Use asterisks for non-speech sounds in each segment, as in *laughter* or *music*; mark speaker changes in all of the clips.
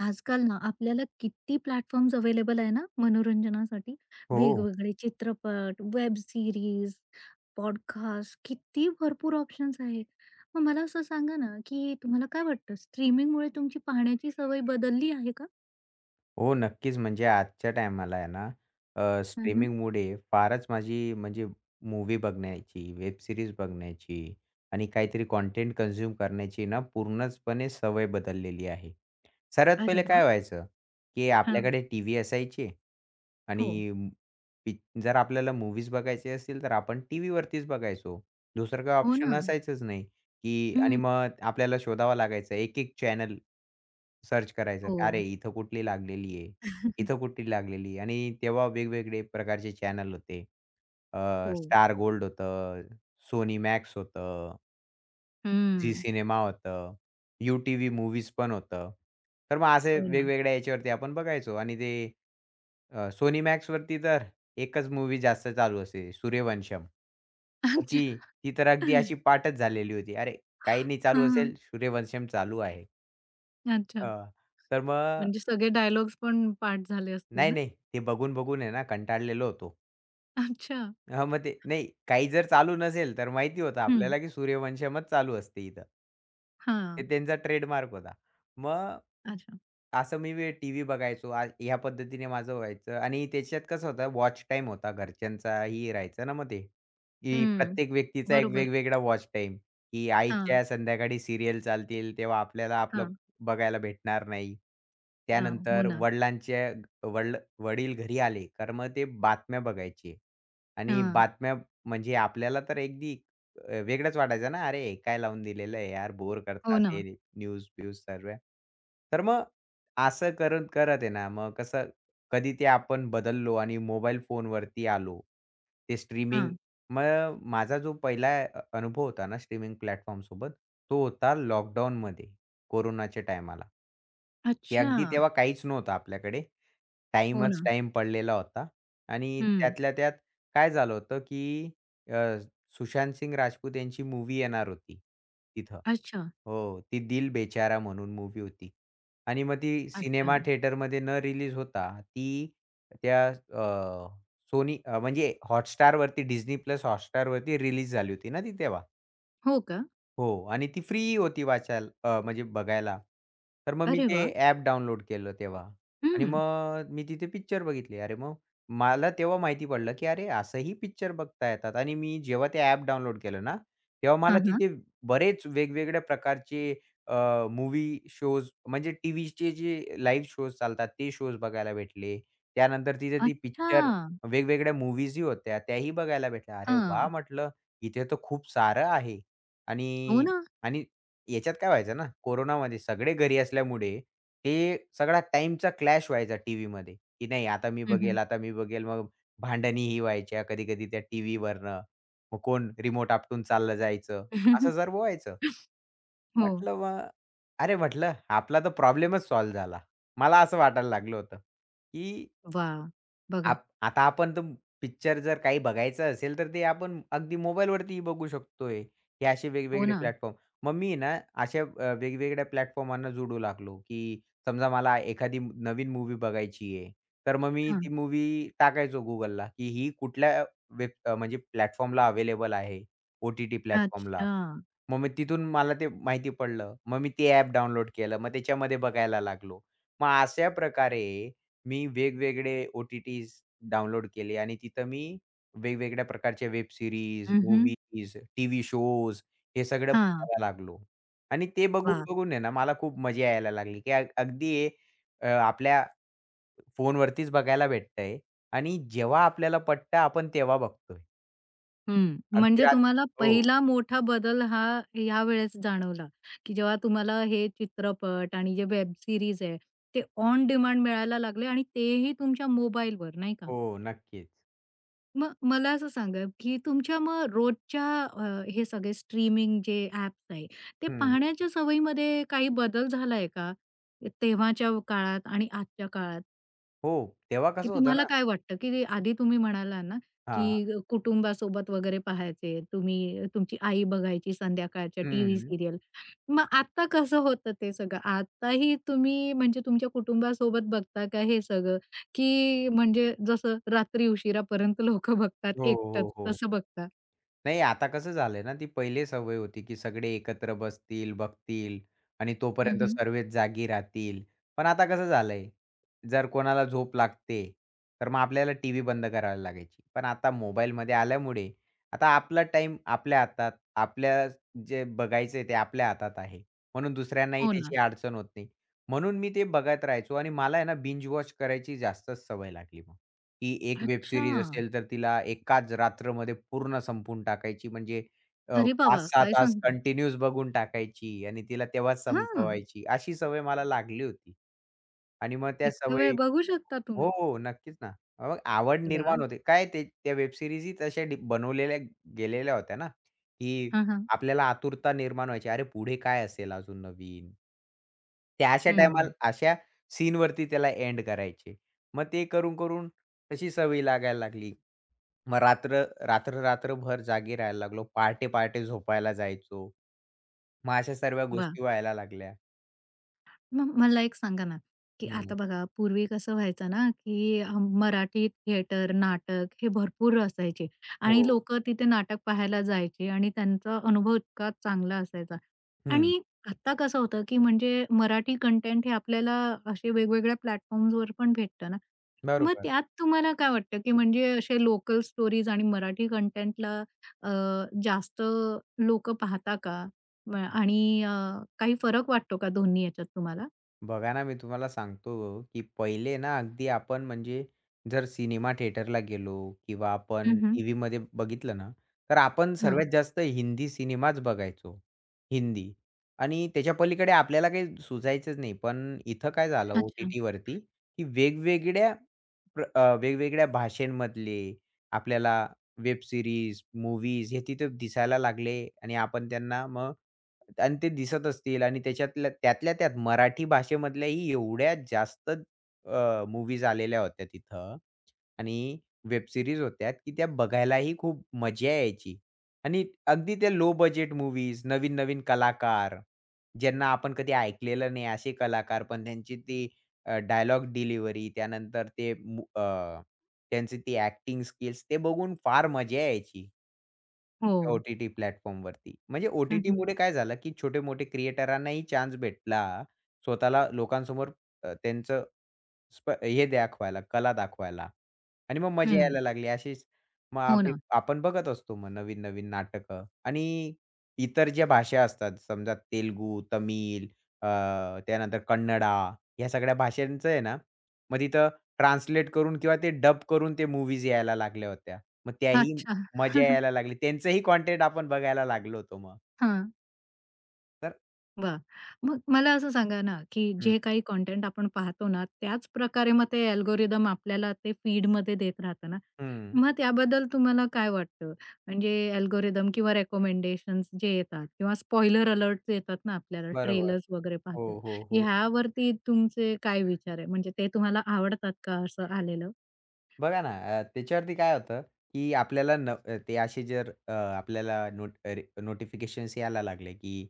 Speaker 1: आजकाल ना आपल्याला किती प्लॅटफॉर्म्स अवेलेबल आहे ना मनोरंजनासाठी.
Speaker 2: हो.
Speaker 1: वेगवेगळे चित्रपट, वेब सीरीज, पॉडकास्ट किती भरपूर ऑप्शन्स आहे. मग मला असं सांगा ना, की तुम्हाला काय वाटतं स्ट्रीमिंगमुळे तुमची पाहण्याची सवय बदलली आहे का?
Speaker 2: हो, नक्कीच. म्हणजे आजच्या टायमाला आहे ना,
Speaker 1: हं,
Speaker 2: स्ट्रीमिंगमुळे फारच माझी म्हणजे मूव्ही बघण्याची, वेब सीरीज बघण्याची आणि काहीतरी कंटेंट कन्झ्युम करण्याची ना पूर्णचपणे सवय बदललेली आहे. सर्वात
Speaker 1: अरे
Speaker 2: पहिले काय
Speaker 1: वाह!
Speaker 2: व्हायचं, की
Speaker 1: हां.
Speaker 2: आपल्याकडे टीव्ही असायची
Speaker 1: हो.
Speaker 2: आणि पि जर आपल्याला मूव्हीज बघायचे असतील, तर आपण टीव्हीवरतीच बघायचो. दुसरं काही
Speaker 1: हो ना.
Speaker 2: ऑप्शन असायचंच नाही. की आणि
Speaker 1: हं.
Speaker 2: मग आपल्याला शोधावं लागायचं एक-एक चॅनल सर्च करायचं. अरे,
Speaker 1: हो,
Speaker 2: इथं कुठली लागलेली आहे, इथं कुठली लागलेली आहे आणि तेव्हा वेगवेगळे प्रकारचे चॅनल होते. अ,
Speaker 1: हो.
Speaker 2: स्टार गोल्ड होतं, सोनी मॅक्स होतं, झी
Speaker 1: हं.
Speaker 2: सिनेमा होतं, यू टीव्ही मूव्हीज पण होतं. तर मग असे
Speaker 1: हो ना.
Speaker 2: वेगवेगळ्या याच्यावरती आपण बघायचो आणि ते Sony Maxवरती तर एकच मूव्ही जास्त चालू असे, सूर्यवंशम. मग
Speaker 1: अच्छा.
Speaker 2: ती ती तर अगदी अशी पाठच झालेली होती. अरे, काही नाही चालू
Speaker 1: हां.
Speaker 2: असेल, सूर्यवंशम चालू आहे.
Speaker 1: अच्छा.
Speaker 2: अ, तर मग
Speaker 1: म्हणजे सगळे डायलॉग्स पण पाठ झाले असतील
Speaker 2: नाही,
Speaker 1: ना?
Speaker 2: नाही. ते बघून-बघून आहे ना कंटाळलेलो होतो.
Speaker 1: अच्छा.
Speaker 2: हां, मग ते नाही काही जर चालू नसेल, तर माहिती होतं
Speaker 1: हं.
Speaker 2: आपल्याला, की सूर्यवंशमच चालू असते इथं. ते
Speaker 1: हां.
Speaker 2: त्यांचा ट्रेडमार्क होता. मग
Speaker 1: अच्छा.
Speaker 2: असं मी टीव्ही बघायचो. ह्या पद्धतीने माझं व्हायचं आणि त्याच्यात कसं होतं वॉच टाईम होता घरच्यांचाही राहायचा ना मग ते, की
Speaker 1: हं.
Speaker 2: प्रत्येक व्यक्तीचा एक
Speaker 1: बरोबर.
Speaker 2: वेगवेगळा वॉच टाईम, की
Speaker 1: हां,
Speaker 2: आईच्या संध्याकाळी सीरियल चालतील, तेव्हा आपल्याला आपलं
Speaker 1: हां,
Speaker 2: बघायला भेटणार नाही.
Speaker 1: हां. हो
Speaker 2: त्यानंतर
Speaker 1: ना.
Speaker 2: वडिलांच्या वडील वडील घरी आले, तर मग ते बातम्या बघायचे. आणि
Speaker 1: हां.
Speaker 2: बातम्या म्हणजे आपल्याला तर अगदी वेगळंच वाटायचं ना, "अरे, हे काय लावून दिलेलं आहे यार, बोर
Speaker 1: हो
Speaker 2: करतात हे
Speaker 1: ना.
Speaker 2: न्यूज-ब्यूज सर्व." तर मग असं करत करत आहे ना, मग कसं कधी ते आपण बदललो आणि मोबाईल फोनवरती आलो. ते स्ट्रीमिंग
Speaker 1: हां.
Speaker 2: मग माझा जो पहिला अनुभव होता ना स्ट्रीमिंग प्लॅटफॉर्मसोबत, तो होता लॉकडाऊनमध्ये कोरोनाच्या टायमाला. की
Speaker 1: अच्छा.
Speaker 2: अगदी तेव्हा काहीच नव्हतं आपल्याकडे.
Speaker 1: हो
Speaker 2: टाईमच
Speaker 1: ना.
Speaker 2: टाईम पडलेला होता आणि
Speaker 1: हं.
Speaker 2: त्यातल्या त्यात काय झालं होतं, की अ, सुशांत सिंग राजपूत यांची मूव्ही येणार होती तिथं.
Speaker 1: अच्छा,
Speaker 2: हो, ती दिल बेचारा म्हणून मूव्ही होती आणि मग ती
Speaker 1: अच्छा.
Speaker 2: सिनेमा थिएटरमध्ये न रिलीज होता ती त्या अ, सोनी म्हणजे Hotstarवरती Disney+ Hotstarवरती रिलीज झाली होती ना ती तेव्हा.
Speaker 1: हो का?
Speaker 2: हो आणि ती फ्री होती वाचायला म्हणजे बघायला. तर मग मी
Speaker 1: अरे
Speaker 2: ते
Speaker 1: वाह!
Speaker 2: ॲप डाउनलोड केलं तेव्हा आणि
Speaker 1: हं.
Speaker 2: मग मी तिथे पिक्चर बघितले. अरे मग मला तेव्हा माहिती पडलं, की अरे असंही पिक्चर बघता येतात आणि मी जेव्हा ते ॲप डाउनलोड केलं ना, तेव्हा मला
Speaker 1: हां, हां.
Speaker 2: तिथे बरेच वेगवेगळ्या प्रकारचे अ, मूव्ही शोज म्हणजे टीव्हीचे जे लाईव्ह शोज चालतात ते शोज बघायला भेटले. त्यानंतर तिथे ती
Speaker 1: अच्छा.
Speaker 2: पिक्चर वेगवेगळ्या मूव्हीजही होत्या त्याही बघायला भेटल्या. अरे वाह!
Speaker 1: हां.
Speaker 2: म्हटलं इथे तर खूप सारं आहे.
Speaker 1: हो
Speaker 2: आणि
Speaker 1: ना.
Speaker 2: आणि याच्यात काय व्हायचं ना, कोरोनामध्ये सगळे घरी असल्यामुळे ते सगळा टाइमचा क्लॅश व्हायचा टीव्हीमध्ये, की नाही आता मी
Speaker 1: हं, हं.
Speaker 2: बघेल, आता मी बघेल. मग भांडणी ही व्हायच्या कधी-कधी त्या टीव्हीवरनं. मग कोण रिमोट आपटून चाललं जायचं. असं
Speaker 1: *laughs*
Speaker 2: सर्व व्हायचं.
Speaker 1: हो.
Speaker 2: म्हटलं मग अरे म्हटलं, आपला तर प्रॉब्लेमच सॉल्व्ह झाला. मला असं वाटायला लागलं होतं, की
Speaker 1: वाह! बघा.
Speaker 2: आता आपण तर पिक्चर जर काही बघायचं असेल, तर ते आपण अगदी मोबाईलवरतीही बघू शकतोय. हे असे
Speaker 1: हो
Speaker 2: वेगवेगळे
Speaker 1: ना.
Speaker 2: प्लॅटफॉर्म. मग मी ना अशा वेगवेगळ्या प्लॅटफॉर्मांना जोडू लागलो, की समजा मला एखादी नवीन मूवी बघायची आहे, तर मग मी
Speaker 1: हां.
Speaker 2: ती मूव्ही टाकायचो Googleला, की ही कुठल्या म्हणजे प्लॅटफॉर्मला अवेलेबल आहे, ओ-टी-टी प्लॅटफॉर्मला.
Speaker 1: अच्छा.
Speaker 2: मग मी तिथून मला ते माहिती पडलं. मग मी ते ॲप डाउनलोड केलं. मग त्याच्यामध्ये बघायला लागलो. मग अशा प्रकारे मी वेगवेगळे ओ-टी-टीज डाउनलोड केले आणि तिथं मी वेगवेगळ्या प्रकारच्या वेब सीरीज,
Speaker 1: हं, हं.
Speaker 2: मूव्हीज, टीव्ही शोज हे सगळं
Speaker 1: हां.
Speaker 2: बघायला लागलो. आणि ते
Speaker 1: वाह!
Speaker 2: बघून-बघून आहे ना मला खूप मजा यायला लागली, की अगदी हे, आपल्या फोनवरतीच बघायला भेटतंय आणि जेव्हा आपल्याला पटतं आपण तेव्हा बघतोय.
Speaker 1: हं.
Speaker 2: अगदी
Speaker 1: म्हणजे
Speaker 2: रात
Speaker 1: तुम्हाला
Speaker 2: हो,
Speaker 1: पहिला मोठा बदल हा ह्या वेळेस जाणवला, की जेव्हा तुम्हाला हे चित्रपट आणि जे वेब सीरीज आहे, ते ऑन डिमांड मिळायला लागले आणि तेही तुमच्या मोबाईलवर, नाही का?
Speaker 2: हो. नक्कीच.
Speaker 1: मग मला असं सांगा, की तुमच्या मग रोजच्या हे सगळे स्ट्रीमिंग जे ॲप्स आहे, ते
Speaker 2: हं.
Speaker 1: पाहण्याच्या सवयीमध्ये काही बदल झालाय का? तेव्हाच्या काळात आणि आजच्या काळात?
Speaker 2: हो, तेव्हा
Speaker 1: की
Speaker 2: कसं होतं
Speaker 1: तुम्हाला
Speaker 2: ना
Speaker 1: काय वाटतं, की आधी तुम्ही म्हणाला ना,
Speaker 2: हां.
Speaker 1: की कुटुंबासोबत वगैरे पाहायचे. तुम्ही तुमची आई बघायची संध्याकाळच्या टीव्ही
Speaker 2: हं.
Speaker 1: सीरियल. मग आता कसं होतं ते सगळं? आताही तुम्ही म्हणजे तुमच्या कुटुंबासोबत बघता का हे सगळं? की म्हणजे जसं रात्री उशिरापर्यंत लोकं बघतात
Speaker 2: हो,
Speaker 1: एकटंच,
Speaker 2: हो, हो.
Speaker 1: तसं बघता?
Speaker 2: नाही आता कसं झालंय ना, ती पहिले सवय होती, की सगळे एकत्र बसतील, बघतील आणि
Speaker 1: हं,
Speaker 2: तोपर्यंत
Speaker 1: हं.
Speaker 2: सर्वच जागी राहतील. पण आता कसं झालंय, जर कोणाला झोप लागते, तर मग आपल्याला टीव्ही बंद करायला लागायची. पण आता मोबाईलमध्ये आल्यामुळे आता आपला टाईम आपल्या हातात, आपल्या जे बघायचंय ते आपल्या हातात आहे. म्हणून दुसऱ्यांनाही
Speaker 1: हो ना.
Speaker 2: त्याची अडचण होत नाही. म्हणून मी ते बघत राहायचो आणि मला आहे ना बिंज वॉच करायची जास्तच सवय लागली मग. ती एक वेब
Speaker 1: अच्छा.
Speaker 2: सीरीज असेल, तर तिला एकाच रात्रमध्ये पूर्ण संपवून टाकायची. म्हणजे अ,
Speaker 1: अरे बाबा!
Speaker 2: 5-6
Speaker 1: काय
Speaker 2: तास
Speaker 1: सांगता?
Speaker 2: कंटिन्यूअस बघून टाकायची आणि तिला तेव्हाच
Speaker 1: हां.
Speaker 2: संपवायची. अशी सवय मला लागली होती. आणि मग त्या
Speaker 1: इतका वेळ
Speaker 2: सवयी
Speaker 1: बघू शकता
Speaker 2: हो,
Speaker 1: तुम्ही.
Speaker 2: हो. नक्कीच ना. मग आवड निर्माण
Speaker 1: वाह!
Speaker 2: होते. काय ते त्या वेब सीरीजही तशा बनवलेल्या गेलेल्या होत्या ना, की
Speaker 1: हां, हां.
Speaker 2: आपल्याला आतुरता निर्माण व्हायची. अरे, पुढे काय असेल अजून नवीन? त्या अशा टायमाला
Speaker 1: हं,
Speaker 2: अशा सीनवरती त्याला एंड करायचे. मग ते करून-करून तशी सवय लागायला लागली. मग रात्र रात्र रात्रभर जागी राहायला लागलो. पहाटे-पहाटे झोपायला जायचो. मग अशा सर्व
Speaker 1: वाह!
Speaker 2: गोष्टी व्हायला लागल्या.
Speaker 1: मग मला एक सांगा ना, की
Speaker 2: हं.
Speaker 1: आता बघा पूर्वी कसं व्हायचं ना, की मराठी थिएटर, नाटक हे भरपूर असायचे
Speaker 2: हो.
Speaker 1: आणि लोकं तिथे नाटक पाहायला जायचे आणि त्यांचा अनुभव इतका चांगला असायचा.
Speaker 2: हं.
Speaker 1: आणि आत्ता कसं होतं, की म्हणजे मराठी कंटेंट हे आपल्याला असे वेगवेगळ्या प्लॅटफॉर्म्सवर पण भेटतं ना. मग
Speaker 2: बरोबर.
Speaker 1: त्यात तुम्हाला काय वाटतं, की म्हणजे असे लोकल स्टोरीज आणि मराठी कंटेंटला अ, जास्त लोकं पाहता का? म आणि अ, काही फरक वाटतो का दोन्ही याच्यात तुम्हाला?
Speaker 2: बघा ना, मी तुम्हाला सांगतो, की पहिले ना अगदी आपण म्हणजे जर सिनेमा थिएटरला गेलो किंवा
Speaker 1: हं,
Speaker 2: आपण
Speaker 1: हं.
Speaker 2: टीव्हीमध्ये बघितलं ना, तर आपण
Speaker 1: हां.
Speaker 2: सर्वात जास्त हिंदी सिनेमाच बघायचो. हिंदी आणि त्याच्या पलीकडे आपल्याला काही सुचायचंच नाही. पण इथं काय झालं
Speaker 1: अच्छा.
Speaker 2: ओ-टी-टीवरती, की वेगवेगळ्या वेगवेगळ्या भाषांमधले आपल्याला वेब सीरीज, मूव्हीज हे तिथे दिसायला लागले आणि आपण त्यांना मग आणि ते दिसत असतील आणि त्याच्यातल्या त्यात मराठी भाषेमधल्याही एवढ्या जास्त आलेल्या होत्या तिथं आणि वेब सीरीज होत्या, की त्या बघायलाही खूप मजा यायची. आणि अगदी त्या लो बजेट मूवीज नवीन-नवीन कलाकार, ज्यांना आपण कधी ऐकलेलं नाही असे कलाकार, पण त्यांची ती डायलॉग डिलिव्हरी त्यानंतर त्यांची ती ॲक्टिंग स्किल्स ते बघून फार मजा यायची.
Speaker 1: हो.
Speaker 2: ओ-टी-टी प्लॅटफॉर्मवरती. म्हणजे
Speaker 1: हं, हं.
Speaker 2: ओ-टी-टीमुळे काय झालं, की छोटे-मोठे क्रिएटरांनाही चान्स भेटला. स्वतःला लोकांसमोर त्यांचं हे दाखवायला, कला दाखवायला आणि मग मजा
Speaker 1: हं.
Speaker 2: यायला लागली. अशीच मग
Speaker 1: हो ना.
Speaker 2: आपण बघत असतो मग नवीन-नवीन नाटकं आणि इतर ज्या भाषा असतात, समजा तेलुगू, तमिळ, अ, त्यानंतर कन्नडा, ह्या सगळ्या भाषांचं आहे ना, मग तिथं ट्रान्सलेट करून किंवा ते डब करून ते मूव्हीज यायला लागल्या होत्या. मग त्याही
Speaker 1: अच्छा.
Speaker 2: मजा
Speaker 1: *laughs*
Speaker 2: यायला लागली. त्यांचंही कंटेंट आपण बघायला लागलो होतो मग.
Speaker 1: हां.
Speaker 2: तर
Speaker 1: वाह! मग मला असं सांगा ना, की
Speaker 2: हं,
Speaker 1: जे काही कंटेंट आपण पाहतो ना, त्याच प्रकारे मग ते अल्गोरिदम आपल्याला ते फीडमध्ये देत राहतं ना,
Speaker 2: हं.
Speaker 1: मग त्याबद्दल तुम्हाला काय वाटतं? म्हणजे अल्गोरिदम किंवा रिकमेंडेशन्स जे येतात किंवा स्पॉइलर अलर्ट्स येतात ना आपल्याला,
Speaker 2: बरोबर.
Speaker 1: ट्रेलर्स वगैरे
Speaker 2: हो,
Speaker 1: पाहतो.
Speaker 2: हो, हो.
Speaker 1: ह्यावरती तुमचे काय विचार आहे? म्हणजे ते तुम्हाला आवडतात का असं आलेलं?
Speaker 2: बघा ना, त्याच्यावरती काय होतं, की ते असे जर आपल्याला नोटिफिकेशन्स यायला लागले, की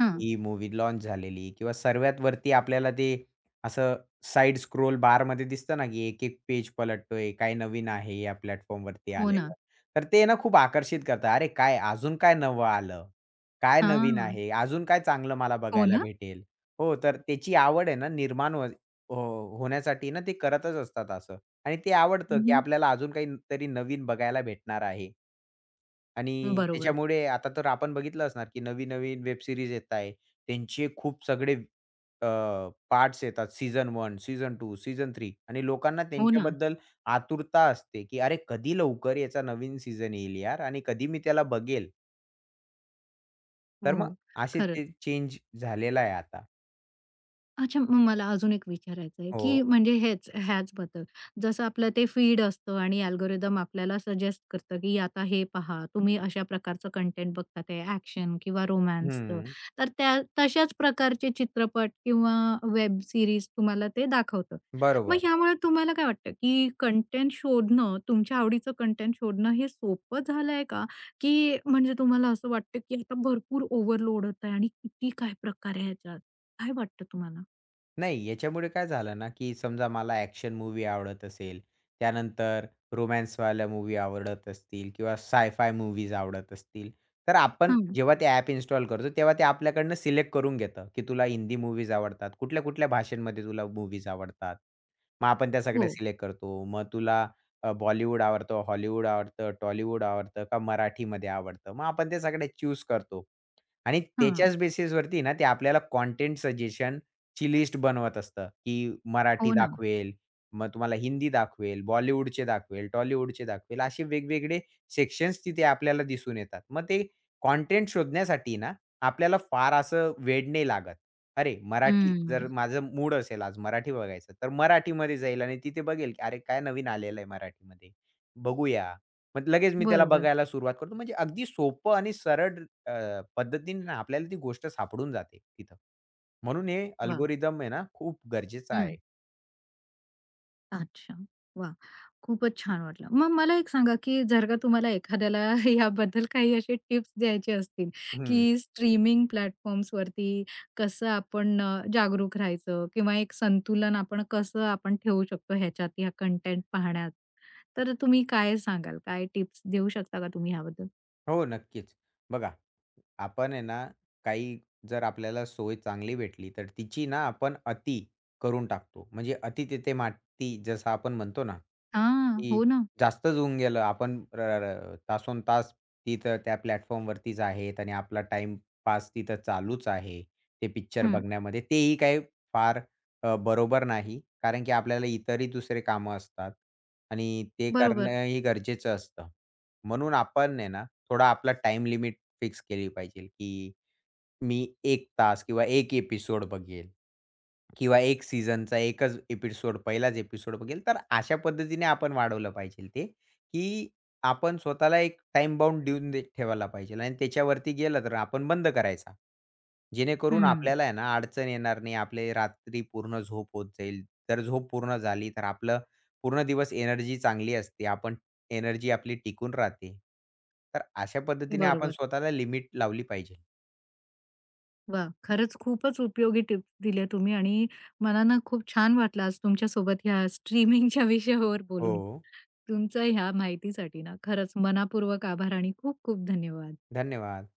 Speaker 1: हां.
Speaker 2: ही मूव्ही लॉन्च झालेली किंवा सर्वात वरती आपल्याला ते असं साइड स्क्रोल बारमध्ये दिसतं ना, की एक-एक पेज पलटतोय, काय नवीन आहे या प्लॅटफॉर्मवरती
Speaker 1: हो ना.
Speaker 2: आलेलं. तर ते ना खूप आकर्षित करतं. अरे काय अजून काय नवं आलं? काय नवीन
Speaker 1: हां.
Speaker 2: आहे? अजून काय चांगलं मला
Speaker 1: हो
Speaker 2: बघायला
Speaker 1: ना?
Speaker 2: भेटेल? हो, तर त्याची आवड आहे ना निर्माण हो हो, होण्यासाठी ना ते करतच असतात असं. आणि ते आवडतं,
Speaker 1: हं,
Speaker 2: की
Speaker 1: हं.
Speaker 2: आपल्याला अजून काही तरी नवीन बघायला भेटणार आहे आणि
Speaker 1: बरोबर.
Speaker 2: त्याच्यामुळे आता तर आपण बघितलं असणार, की नवीन-नवीन वेब सीरीज येत आहे. त्यांचे खूप सगळे अ, पार्ट्स येतात. सीझन 1, सीझन 2, सीझन 3 आणि लोकांना
Speaker 1: हो ना.
Speaker 2: त्यांच्याबद्दल आतुरता असते, की "अरे, कधी लवकर याचा नवीन सीझन येईल यार आणि कधी मी त्याला बघेल." तर मग
Speaker 1: हो.
Speaker 2: असे
Speaker 1: खरंच.
Speaker 2: ते चेंज झालेला आहे आता.
Speaker 1: अच्छा, मग मला अजून एक विचारायचं आहे,
Speaker 2: हो.
Speaker 1: की म्हणजे हेच ह्याचबद्दल. जसं आपलं ते फीड असतं आणि अल्गोरिदम आपल्याला सजेस्ट करतं, की आता हे पहा, तुम्ही अशा प्रकारचं कंटेंट बघता ते ॲक्शन किंवा रोमान्सचं.
Speaker 2: हं.
Speaker 1: तर त्या तशाच प्रकारचे चित्रपट किंवा वेब सीरीज तुम्हाला ते दाखवतं. मग
Speaker 2: बरोबर.
Speaker 1: ह्यामुळे तुम्हाला काय वाटतं, की कंटेंट शोधणं, तुमच्या आवडीचं कंटेंट शोधणं हे सोपं झालंय का? की म्हणजे तुम्हाला असं वाटतं, की आता भरपूर ओव्हरलोड होत आहे आणि किती काय प्रकार आहे ह्याच्यात? काय वाटतं तुम्हाला?
Speaker 2: नाही, याच्यामुळे काय झालं ना, की समजा मला ॲक्शन मूव्ही आवडत असेल, त्यानंतर रोमॅन्सवाल्या मूव्ही आवडत असतील किंवा साय-फाय मूव्हीज आवडत असतील, तर आपण
Speaker 1: हां.
Speaker 2: जेव्हा ते ॲप इन्स्टॉल करतो, तेव्हा ते आपल्याकडनं सिलेक्ट करून घेतं, की तुला हिंदी मूव्हीज आवडतात. कुठल्या-कुठल्या भाषांमध्ये तुला मूव्हीज आवडतात. मग आपण त्या सगळ्या
Speaker 1: हो.
Speaker 2: सिलेक्ट करतो. मग तुला बॉलिवूड आवडतं, हॉलिवूड आवडतं, टॉलिवूड आवडतं का मराठीमध्ये आवडतं. मग आपण ते सगळे चूज करतो आणि
Speaker 1: हां.
Speaker 2: त्याच्याच बेसिसवरती ना, ते आपल्याला कंटेंट सजेशन ची लिस्ट बनवत असतं, की मराठी
Speaker 1: हो ना.
Speaker 2: दाखवेल, मग तुम्हाला हिंदी दाखवेल, बॉलिवूडचे दाखवेल, टॉलिवूडचे दाखवेल, असे वेगवेगळे सेक्शन्स तिथे आपल्याला दिसून येतात. मग ते कंटेंट शोधण्यासाठी ना, आपल्याला फार असं वेड नाही लागत. अरे, मराठी
Speaker 1: हं.
Speaker 2: जर माझं मूड असेल आज मराठी बघायचं, तर मराठीमध्ये जाईल आणि तिथे बघेल, की अरे, काय नवीन आलेलं आहे मराठीमध्ये, बघूया. मग लगेच मी त्याला
Speaker 1: बरोबर.
Speaker 2: बघायला सुरुवात करतो. म्हणजे अगदी सोपं आणि सरळ पद्धतीने ना आपल्याला ती गोष्ट सापडून जाते तिथं. म्हणून हे
Speaker 1: वाह!
Speaker 2: अल्गोरिदम आहे ना, खूप गरजेचं
Speaker 1: हं.
Speaker 2: आहे.
Speaker 1: अच्छा. वाह! खूपच छान वाटलं. मग मला एक सांगा, की जर का तुम्हाला एखाद्याला *laughs* याबद्दल काही असे टिप्स द्यायचे असतील, की
Speaker 2: हं.
Speaker 1: स्ट्रीमिंग प्लॅटफॉर्म्सवरती कसं आपण जागरूक राहायचं किंवा एक संतुलन आपण कसं आपण ठेवू शकतो ह्याच्यात, ह्या कंटेंट पाहण्यात. तर तुम्ही काय सांगाल? काय टिप्स देऊ शकता का तुम्ही ह्याबद्दल?
Speaker 2: हो, नक्कीच. बघा, आपण आहे ना, काही जर आपल्याला सोय चांगली भेटली, तर तिची ना आपण अति करून टाकतो. म्हणजे "अति तिथे माती" जसं आपण म्हणतो ना,
Speaker 1: हां.
Speaker 2: की
Speaker 1: हो ना.
Speaker 2: जास्तच होऊन गेलं. आपण र र तासोनतास तिथं त्या प्लॅटफॉर्मवरतीच आहेत आणि आपला टाईमपास तिथं चालूच आहे. ते पिक्चर
Speaker 1: हं.
Speaker 2: बघण्यामध्ये तेही काही फार बरोबर नाही. कारण की आपल्याला इतरही दुसरे कामं असतात आणि ते
Speaker 1: बरोबर.
Speaker 2: करणंही गरजेचं असतं. म्हणून आपण आहे ना थोडा आपला टाइम लिमिट फिक्स केली पाहिजे, की मी एक तास किंवा एक एपिसोड बघेल किंवा एक सीझनचा 1च एपिसोड, पहिलाच एपिसोड बघेल. तर अशा पद्धतीने आपण वाढवलं पाहिजे ते, की आपण स्वतःला एक टाईम बाउंड दे ठेवायला पाहिजे आणि त्याच्यावरती गेलं तर आपण बंद करायचा. जेणेकरून
Speaker 1: हं.
Speaker 2: आपल्याला आहे ना अडचण येणार नाही. आपली रात्री पूर्ण झोप होत जाईल. जर झोप पूर्ण झाली तर आपलं पूर्ण दिवस एनर्जी चांगली असते. आपण एनर्जी आपली टिकून राहते. तर अशा पद्धतीने आपण
Speaker 1: बरोबर.
Speaker 2: स्वतःला लिमिट लावली पाहिजे.
Speaker 1: वा, खरंच खूपच उपयोगी टिप्स दिल्या तुम्ही आणि मला ना खूप छान वाटलं आज तुमच्यासोबत ह्या स्ट्रीमिंगच्या *laughs* विषयावर
Speaker 2: हो.
Speaker 1: बोलून. तुमचं ह्या माहितीसाठी ना खरंच मनपूर्वक आभार आणि खूप खूप धन्यवाद.
Speaker 2: धन्यवाद.